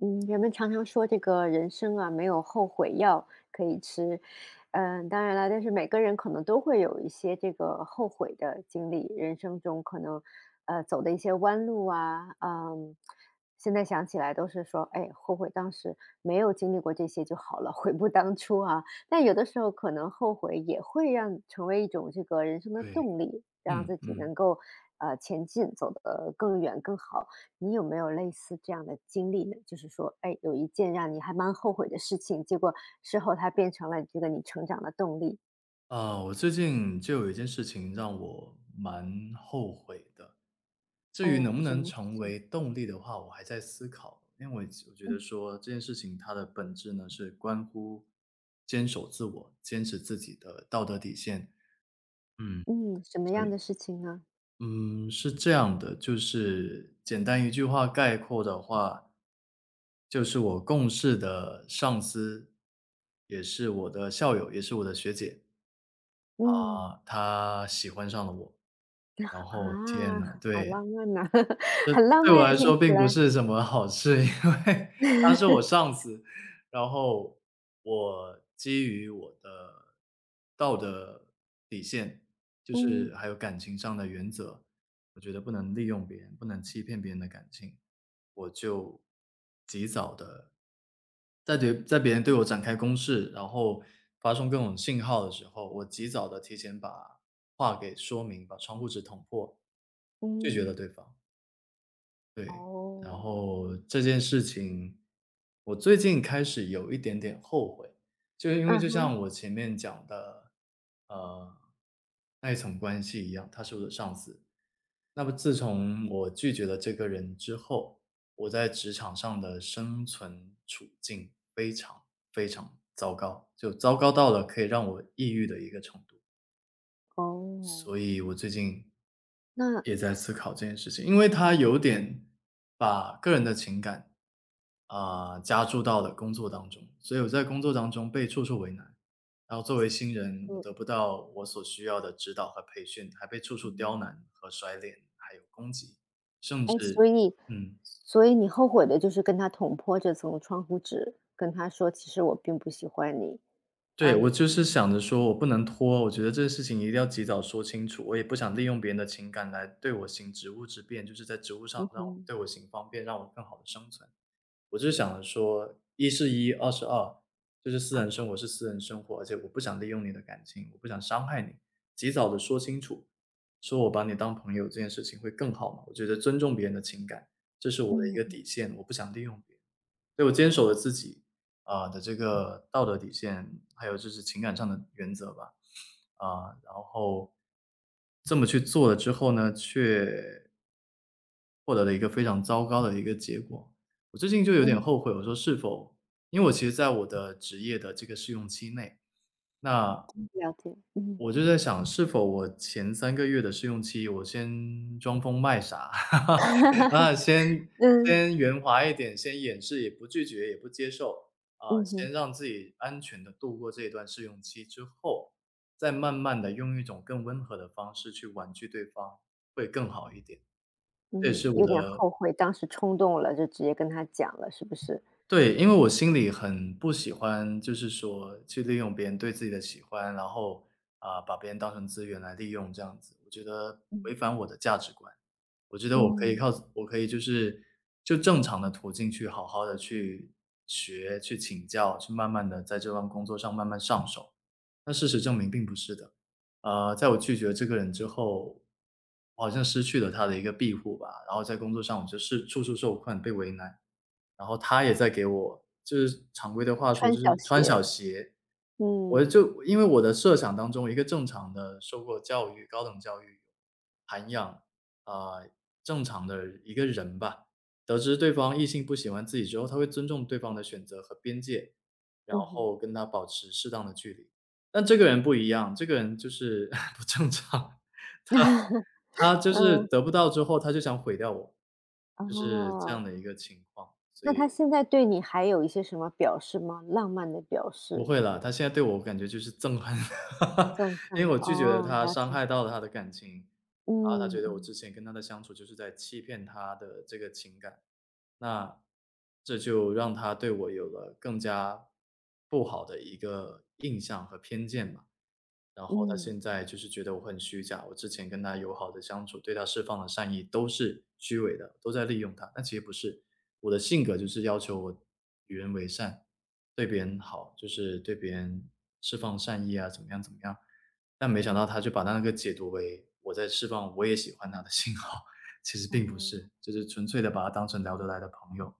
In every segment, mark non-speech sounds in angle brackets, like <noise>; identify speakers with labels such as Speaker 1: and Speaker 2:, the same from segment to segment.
Speaker 1: 嗯，人们常常说这个人生啊，没有后悔药可以吃。嗯，当然了，但是每个人可能都会有一些这个后悔的经历，人生中可能走的一些弯路啊，现在想起来都是说，哎，后悔当时没有经历过这些就好了，悔不当初啊。但有的时候可能后悔也会让成为一种这个人生的
Speaker 2: 对，
Speaker 1: 动力，让
Speaker 2: 嗯
Speaker 1: 自己
Speaker 2: 嗯，
Speaker 1: 能够前进，走得更远更好。你有没有类似这样的经历呢？就是说，哎，有一件让你还蛮后悔的事情，结果事后它变成了这个你成长的动力。
Speaker 2: 我最近就有一件事情让我蛮后悔的。至于能
Speaker 1: 哦，
Speaker 2: 不
Speaker 1: 什
Speaker 2: 能
Speaker 1: 么事
Speaker 2: 成
Speaker 1: 情？
Speaker 2: 为动力的话，我还在思考，因为我觉得
Speaker 1: 嗯。
Speaker 2: 说这件事情它的本质呢是关乎坚守自我、坚持自己的道德底线。嗯，
Speaker 1: 嗯，什么
Speaker 2: 所
Speaker 1: 样的
Speaker 2: 以，
Speaker 1: 事情呢？
Speaker 2: 嗯，是这样的，就是简单一句话概括的话，就是我共事的上司，也是我的校友，也是我的学姐。
Speaker 1: 嗯，
Speaker 2: 他喜欢上了我，然
Speaker 1: <laughs>
Speaker 2: 后天
Speaker 1: 啊，
Speaker 2: 呐。
Speaker 1: 好
Speaker 2: 对，
Speaker 1: 浪漫呐，<laughs> 很浪
Speaker 2: 对我
Speaker 1: 漫呀，
Speaker 2: 来
Speaker 1: 听
Speaker 2: 说
Speaker 1: 起
Speaker 2: 并不
Speaker 1: 来。
Speaker 2: 是什么好事，因为他是我
Speaker 1: <laughs>
Speaker 2: 上司，然后我基于我的道德底线，就
Speaker 1: 嗯
Speaker 2: 是还有感情上的原则，我觉得不能利用别人，不能欺骗别人的感情，我就及早的。在对在别人对我展开攻势，然后发送各种信号的时候，我及早的提前把话给说明，把窗户纸捅破，拒绝了
Speaker 1: 嗯。
Speaker 2: 对方。对，然
Speaker 1: 哦。
Speaker 2: 后这件事情，我最近开始有一点点后悔，就是因为
Speaker 1: 嗯
Speaker 2: 就
Speaker 1: 哼，
Speaker 2: 像我前面讲的，呃，那一层关系一样，他是我的上司。那么自从我拒绝了这个人之后，我在职场上的生存处境非常非常糟糕，就糟糕到了可以让我抑郁的一个程度。
Speaker 1: 哦，
Speaker 2: 所以我最近
Speaker 1: 那，
Speaker 2: 也在思考这件事情，因为他有点把个人的情感加注到了工作当中，所以我在工作当中被处处为难，然后作为新人，我
Speaker 1: 嗯
Speaker 2: 得不到我所需要的指导和培训，还被处处刁
Speaker 1: 嗯。
Speaker 2: 难和甩脸，还有攻击，甚
Speaker 1: 哎，
Speaker 2: 至
Speaker 1: 所以
Speaker 2: 嗯。
Speaker 1: 所以你后悔的就是跟他捅破这层窗户纸，跟他说其实我并不喜欢你。
Speaker 2: 对，
Speaker 1: 啊，
Speaker 2: 我就是想着说我不能拖，我觉得这个事情一定要及早说清楚，我也不想利用别人的情感来对我行职务之便，就是在职务上
Speaker 1: 嗯
Speaker 2: 让我
Speaker 1: 哼，
Speaker 2: 对我行方便，让我更好的生存。我就是想着说，一是一，二是二，就是私
Speaker 1: 啊，
Speaker 2: 人生活是私人生活，而且我不想利用你的感情，我不想伤害你，及早的说清楚，说我把你当朋友这件事情会更好嘛，我觉得尊重别人的情感，这是我的一个
Speaker 1: 嗯
Speaker 2: 底线，我不想利用别人。所以我坚守了自己的这个道德底线，还有就是情感上的原则吧，然后这么去做了之后呢，却获得了一个非常糟糕的一个结果。我最近就有点
Speaker 1: 嗯，
Speaker 2: 后悔，我说是否，因为我其实在我的职业的这个试用期内，那
Speaker 1: 了解，
Speaker 2: 我
Speaker 1: 嗯
Speaker 2: 就在想，是否我前三个月的试用期，我先装疯卖傻，<laughs> 啊，先
Speaker 1: 嗯
Speaker 2: 先圆滑一点，先掩饰，也不拒绝，也不接受，
Speaker 1: 嗯
Speaker 2: 先
Speaker 1: 哼，
Speaker 2: 让自己安全的度过这一段试用期之后，再慢慢的用一种更温和的方式去婉拒对方，会更好一点。这也
Speaker 1: 嗯，
Speaker 2: 是我
Speaker 1: 有点
Speaker 2: 的。
Speaker 1: 后悔，当时冲动了，就直接跟他讲了，是不是？
Speaker 2: 对，因为我心里很不喜欢，就是说去利用别人对自己的喜欢，然后。把别人当成资源来利用这样子，我觉得违
Speaker 1: 嗯
Speaker 2: 反我的价值观。我觉得我可以
Speaker 1: 嗯，
Speaker 2: 靠我可以就是就正常的途径去好好的去学、去请教、去慢慢的在这份工作上慢慢上手。但事实证明并不是的。在我拒绝这个人之后，我好像失去了他的一个庇护吧，然后在工作上我就是处处受困、被为难，然后他也在给我就是常规的话说
Speaker 1: 穿
Speaker 2: 就
Speaker 1: 小
Speaker 2: 是穿
Speaker 1: 鞋，
Speaker 2: 小鞋。我
Speaker 1: 嗯
Speaker 2: 就因为我的设想当中，一个正常的受过教育、高等教育、涵养，啊、呃正常的一个人吧，得知对方异性不喜欢自己之后，他会尊重对方的选择和边界，然
Speaker 1: 嗯哼，
Speaker 2: 后跟他保持适当的距离。但这个人不一样，这个人就是 <laughs> 不正常，他就是
Speaker 1: 嗯
Speaker 2: 得不到之后，他就想毁掉我，就是这
Speaker 1: 哦，
Speaker 2: 样的一个情况，所
Speaker 1: 那他
Speaker 2: 以
Speaker 1: 现在对你还有一些什么表示吗？浪漫的表
Speaker 2: 不
Speaker 1: 示，
Speaker 2: 会啦，他现在对我感觉就是憎恨，
Speaker 1: 憎
Speaker 2: <laughs> 因
Speaker 1: 恨
Speaker 2: 为
Speaker 1: 了，
Speaker 2: 我拒绝了
Speaker 1: 哦，
Speaker 2: 他，
Speaker 1: 了
Speaker 2: 伤
Speaker 1: 解，
Speaker 2: 害到了他的感情，然后他觉
Speaker 1: 嗯
Speaker 2: 得我
Speaker 1: 嗯。
Speaker 2: 之前跟他的相处就是在欺骗他的这个情感，那这就让他对我有了更加不好的一个印象和偏见吧。然后他
Speaker 1: 嗯，
Speaker 2: 现在就是觉得我很虚假，我之前跟他友好的相处，对他释放的善意都是虚伪的，都在利用他。但其实不是，我的性格就是要求我与人为善，对别人好，就是对别人释放善意啊，怎么样怎么样。但没想到他就把他那个解读为我在释放我也喜欢他的 <laughs> 信号，<laughs> 其实并不
Speaker 1: 哦，
Speaker 2: 是，就是纯粹的把他当成聊得来的朋友，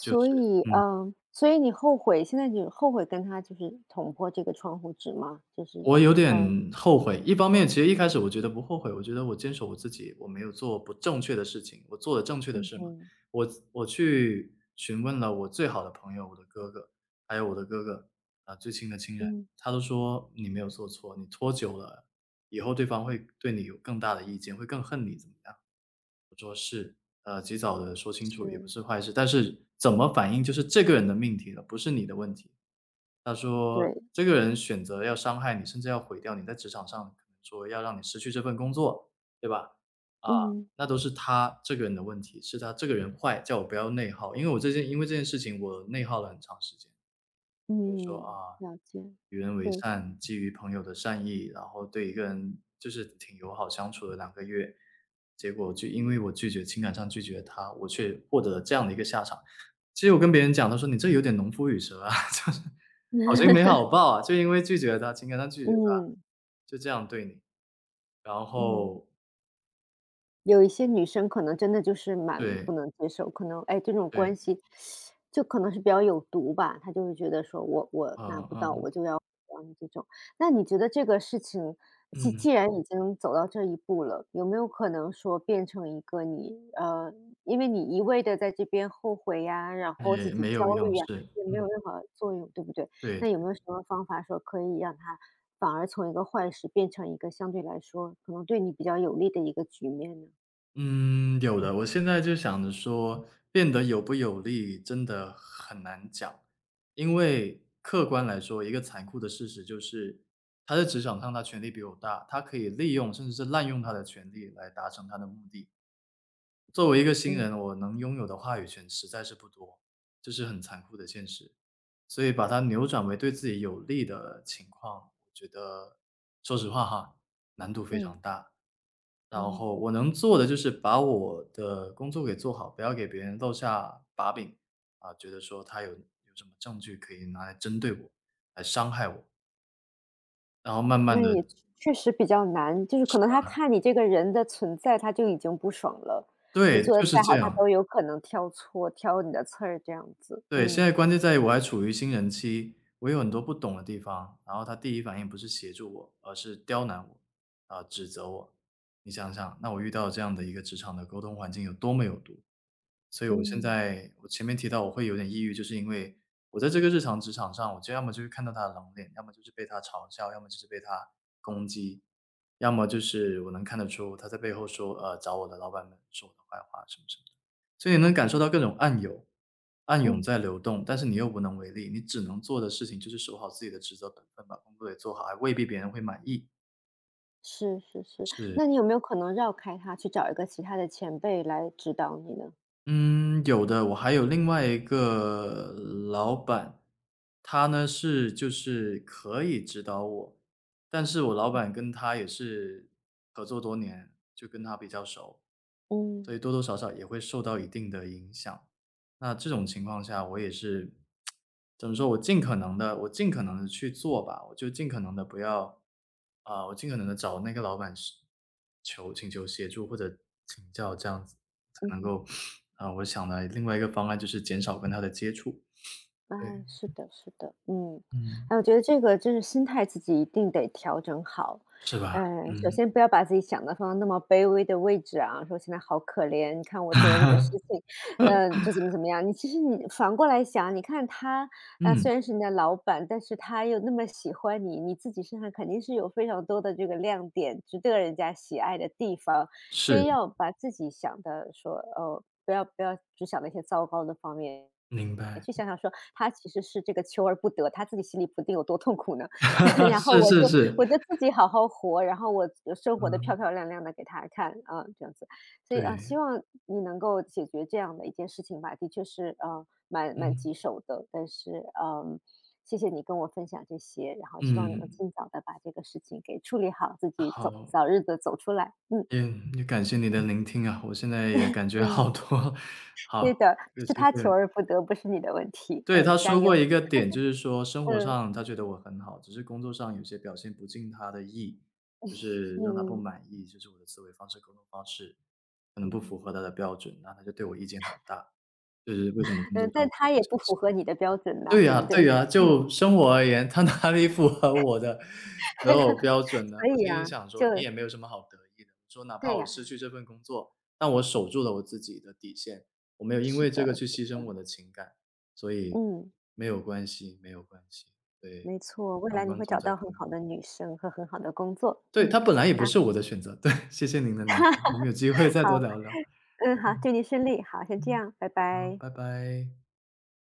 Speaker 2: 就是
Speaker 1: 以，
Speaker 2: 嗯。
Speaker 1: 嗯，所以你后悔，现在就后悔跟他就是捅破这个窗户纸吗？就是，
Speaker 2: 我有
Speaker 1: 嗯
Speaker 2: 点后悔，一方面其实一开始我觉得不后悔，我觉得我坚守我自己，我没有做不正确的事情，我做了正确的
Speaker 1: 嗯
Speaker 2: 事嘛。
Speaker 1: 哼，
Speaker 2: 我去询问了我最好的朋友，我的哥哥，还有我的哥哥，最亲的亲人，
Speaker 1: 嗯，
Speaker 2: 他都说你没有做错，你拖久了，以后对方会对你有更大的意见，会更恨你怎么样？及早的说清楚也不
Speaker 1: 是，
Speaker 2: 是坏事，但是怎么反应就是这个人的命题了，不是你的问题。他说：
Speaker 1: 对，
Speaker 2: “这个人选择要伤害你，甚至要毁掉你，在职场上可能说要让你失去这份工作，对吧？啊，
Speaker 1: 嗯
Speaker 2: 那都是他这个人的问题，是他这个人坏，叫我不要内耗。因为这件事情我内耗了很长时间。”比如说，
Speaker 1: 嗯，了解，
Speaker 2: 与人为
Speaker 1: 对，
Speaker 2: 善，基于朋友的善意，然后对一个人就是挺友好相处了两个月，结果就因为我拒绝情感上拒绝他，我却获得了这样的一个下场。其实我跟别人讲，他说：“你这有点农夫与蛇啊，<laughs> 就是好心
Speaker 1: <laughs>
Speaker 2: 没好报啊，就因为拒绝他，情感上拒绝他，
Speaker 1: 嗯
Speaker 2: 就这样对你。”然
Speaker 1: 嗯。
Speaker 2: 后
Speaker 1: 有一些女生可能真的就是蛮
Speaker 2: 对，
Speaker 1: 不能接受，可能哎这种
Speaker 2: 对，
Speaker 1: 关系就可能是比较有毒吧，她就会觉得说我拿
Speaker 2: 嗯
Speaker 1: 不到
Speaker 2: 嗯。
Speaker 1: 我就要你这种。那你觉得这个事情既
Speaker 2: 嗯，
Speaker 1: 既然已经走到这一步了，有没有可能说变成一个你因为你一味的在这边后悔呀，然后自
Speaker 2: 也
Speaker 1: 己
Speaker 2: 没
Speaker 1: 焦
Speaker 2: 有用，
Speaker 1: 虑呀，
Speaker 2: 是。
Speaker 1: 也没
Speaker 2: 嗯，
Speaker 1: 有任何作用，对不对？
Speaker 2: 对。
Speaker 1: 那有没有什么方法说可以让它反而从一个坏事变成一个相对来说可能对你比较有利的一个局面呢？
Speaker 2: 嗯，有的。我现在就想着说，变得有不有利真的很难讲，因为客观来说，一个残酷的事实就是，他在职场上他权力比我大，他可以利用甚至是滥用他的权力来达成他的目的。作为一个新
Speaker 1: 嗯
Speaker 2: 人，我能拥有的话语权实在是不多，这是很残酷的现实。所以把它扭转为对自己有利的情况，我觉得说实话哈，难度非常
Speaker 1: 嗯
Speaker 2: 大。然后
Speaker 1: 嗯，
Speaker 2: 我能做的就是把我的工作给做好，不要给别人露下把柄，觉得说他有什么证据可以拿来针对我，来伤害我，然后慢慢
Speaker 1: 那
Speaker 2: 的。
Speaker 1: 也确实比较难，就是可能他看你这个人的存在，他就已经不爽了，你
Speaker 2: 对，
Speaker 1: 做
Speaker 2: 就
Speaker 1: 的
Speaker 2: 是
Speaker 1: 再
Speaker 2: 这
Speaker 1: 好，他
Speaker 2: 样。
Speaker 1: 都有可能挑错、挑你的刺儿这样子。
Speaker 2: 对，现
Speaker 1: 嗯
Speaker 2: 在关键在于我还处于新人期，我有很多不懂的地方，然后他第一反应不是协助我，而是刁难我，指责我。你想想，那我遇到这样的一个职场的沟通环境有多么有毒。所以我现
Speaker 1: 嗯
Speaker 2: 在我前面提到我会有点抑郁，就是因为我在这个日常职场上，我就要么就是看到他的冷脸，要么就是被他嘲笑，要么就是被他攻击，要么就是我能看得出他在背后说找我的老板们说我的坏话什么什么的，所以你能感受到各种暗涌，暗涌
Speaker 1: 嗯，
Speaker 2: 在流动，但是你又无能为力，你只能做的事情就是守好自己的职责本分，把工作也做好，还未必别人会满意。
Speaker 1: 是是是，
Speaker 2: 是。
Speaker 1: 那你有没有可能绕开他，去找一个其他的前辈来指导你呢？
Speaker 2: 嗯，有的，我还有另外一个老板，他呢是就是可以指导我，但是我老板跟他也是合作多年，就跟他比较熟。所以
Speaker 1: 嗯
Speaker 2: 多多少少也会受到一定的影响。那这种情况下，我也是 <tsk> 怎么说？我尽可能的，我尽可能的去做吧，我就尽可能的不要我尽可能的找那个老板是求请求协助或者请教，这样子才
Speaker 1: 嗯
Speaker 2: 能
Speaker 1: 哼
Speaker 2: 够我想的另外一个方案就是减少跟他的接触。
Speaker 1: 哎，
Speaker 2: 对，
Speaker 1: 是的，是的，嗯，
Speaker 2: 嗯，
Speaker 1: 哎，我觉得这个真是心态自己一定得调整好。
Speaker 2: 是吧？
Speaker 1: 嗯，首
Speaker 2: 嗯
Speaker 1: 先不要把自己想的放到那么卑微的位置啊，说现在好可怜，你看我做了这个事
Speaker 2: <laughs>
Speaker 1: 情，就怎么怎么样。其实你反过来想，你看他，啊、
Speaker 2: 嗯，
Speaker 1: 虽然是你的老板，但是他又那么喜欢你，你自己身上肯定是有非常多的这个亮点，值得人家喜爱的地方。所
Speaker 2: 是
Speaker 1: 以要把自己想的说，哦，不要只想那些糟糕的方面，
Speaker 2: 明白，
Speaker 1: 去想想说他其实是这个求而不得，他自己心里不定有多痛苦呢。<laughs>
Speaker 2: <laughs>
Speaker 1: 然后
Speaker 2: 是
Speaker 1: 我
Speaker 2: 是
Speaker 1: 就
Speaker 2: 是，
Speaker 1: 我就自己好好活，然后我生活的
Speaker 2: 嗯，
Speaker 1: 漂漂亮亮的给他看啊，这样子。所以啊，
Speaker 2: 对，
Speaker 1: 希望你能够解决这样的一件事情吧，的确是啊，蛮
Speaker 2: 嗯
Speaker 1: 棘手的，但是嗯。谢谢你跟我分享这些，然后希望你能
Speaker 2: 嗯，
Speaker 1: 尽早的把这个事情给处理好，自己
Speaker 2: 好，
Speaker 1: 早日的走出来。嗯
Speaker 2: 也也感谢你的聆听啊，我现在也感觉
Speaker 1: 嗯。
Speaker 2: 好多。<laughs> 好，
Speaker 1: 对的，
Speaker 2: 有
Speaker 1: 是
Speaker 2: 机
Speaker 1: 他
Speaker 2: 会。
Speaker 1: 求而不得，不是你的问题。
Speaker 2: 对，
Speaker 1: 嗯，
Speaker 2: 他
Speaker 1: 加
Speaker 2: 说过
Speaker 1: 油。
Speaker 2: 一个点，就是说生活
Speaker 1: 嗯，
Speaker 2: 上他觉得我很好，只是工作上有些表现不尽他的意，就是让他不
Speaker 1: 嗯，
Speaker 2: 满意，就是我的思维方式、沟通方式可能不符
Speaker 1: 嗯，
Speaker 2: 合他的标准，那他就对我意见很大，就是为什么工作
Speaker 1: 嗯，
Speaker 2: 上
Speaker 1: 但
Speaker 2: 有
Speaker 1: 他也
Speaker 2: 小
Speaker 1: 不
Speaker 2: 心？
Speaker 1: 符合你的标准吧，
Speaker 2: 对
Speaker 1: 对
Speaker 2: 呀
Speaker 1: 不对？
Speaker 2: 对
Speaker 1: 哎，
Speaker 2: 呀，就生活而言，它哪里符合我的择偶标
Speaker 1: <laughs>
Speaker 2: 准呢？
Speaker 1: 所
Speaker 2: 我
Speaker 1: 以
Speaker 2: 心里
Speaker 1: 啊，
Speaker 2: 想
Speaker 1: 就
Speaker 2: 说你也没有什么好得意的，我说哪怕
Speaker 1: 对
Speaker 2: 我
Speaker 1: 呀，
Speaker 2: 失去这份工作，但我守住了我自己的底线，我没有因
Speaker 1: 是
Speaker 2: 为这
Speaker 1: 的，
Speaker 2: 个去
Speaker 1: 是
Speaker 2: 牺牲我
Speaker 1: 的。
Speaker 2: 的情感，所以
Speaker 1: 嗯，
Speaker 2: 没有关系没有关系，对，
Speaker 1: 没错，未
Speaker 2: 阳
Speaker 1: 来你
Speaker 2: 光
Speaker 1: 会
Speaker 2: 总
Speaker 1: 找
Speaker 2: 在
Speaker 1: 到很
Speaker 2: 风雨
Speaker 1: 好
Speaker 2: 后。
Speaker 1: 的女生和很好的工作。
Speaker 2: 对，
Speaker 1: 嗯，
Speaker 2: 它本来也不
Speaker 1: 啊，
Speaker 2: 是我的选择，对，谢谢您的聆听，我们有机会再
Speaker 1: 好，
Speaker 2: 多聊聊。
Speaker 1: 嗯，好，
Speaker 2: 嗯
Speaker 1: 祝你顺利。好，先这
Speaker 2: 嗯，
Speaker 1: 样，拜
Speaker 2: 好，
Speaker 1: 拜。
Speaker 2: 拜拜。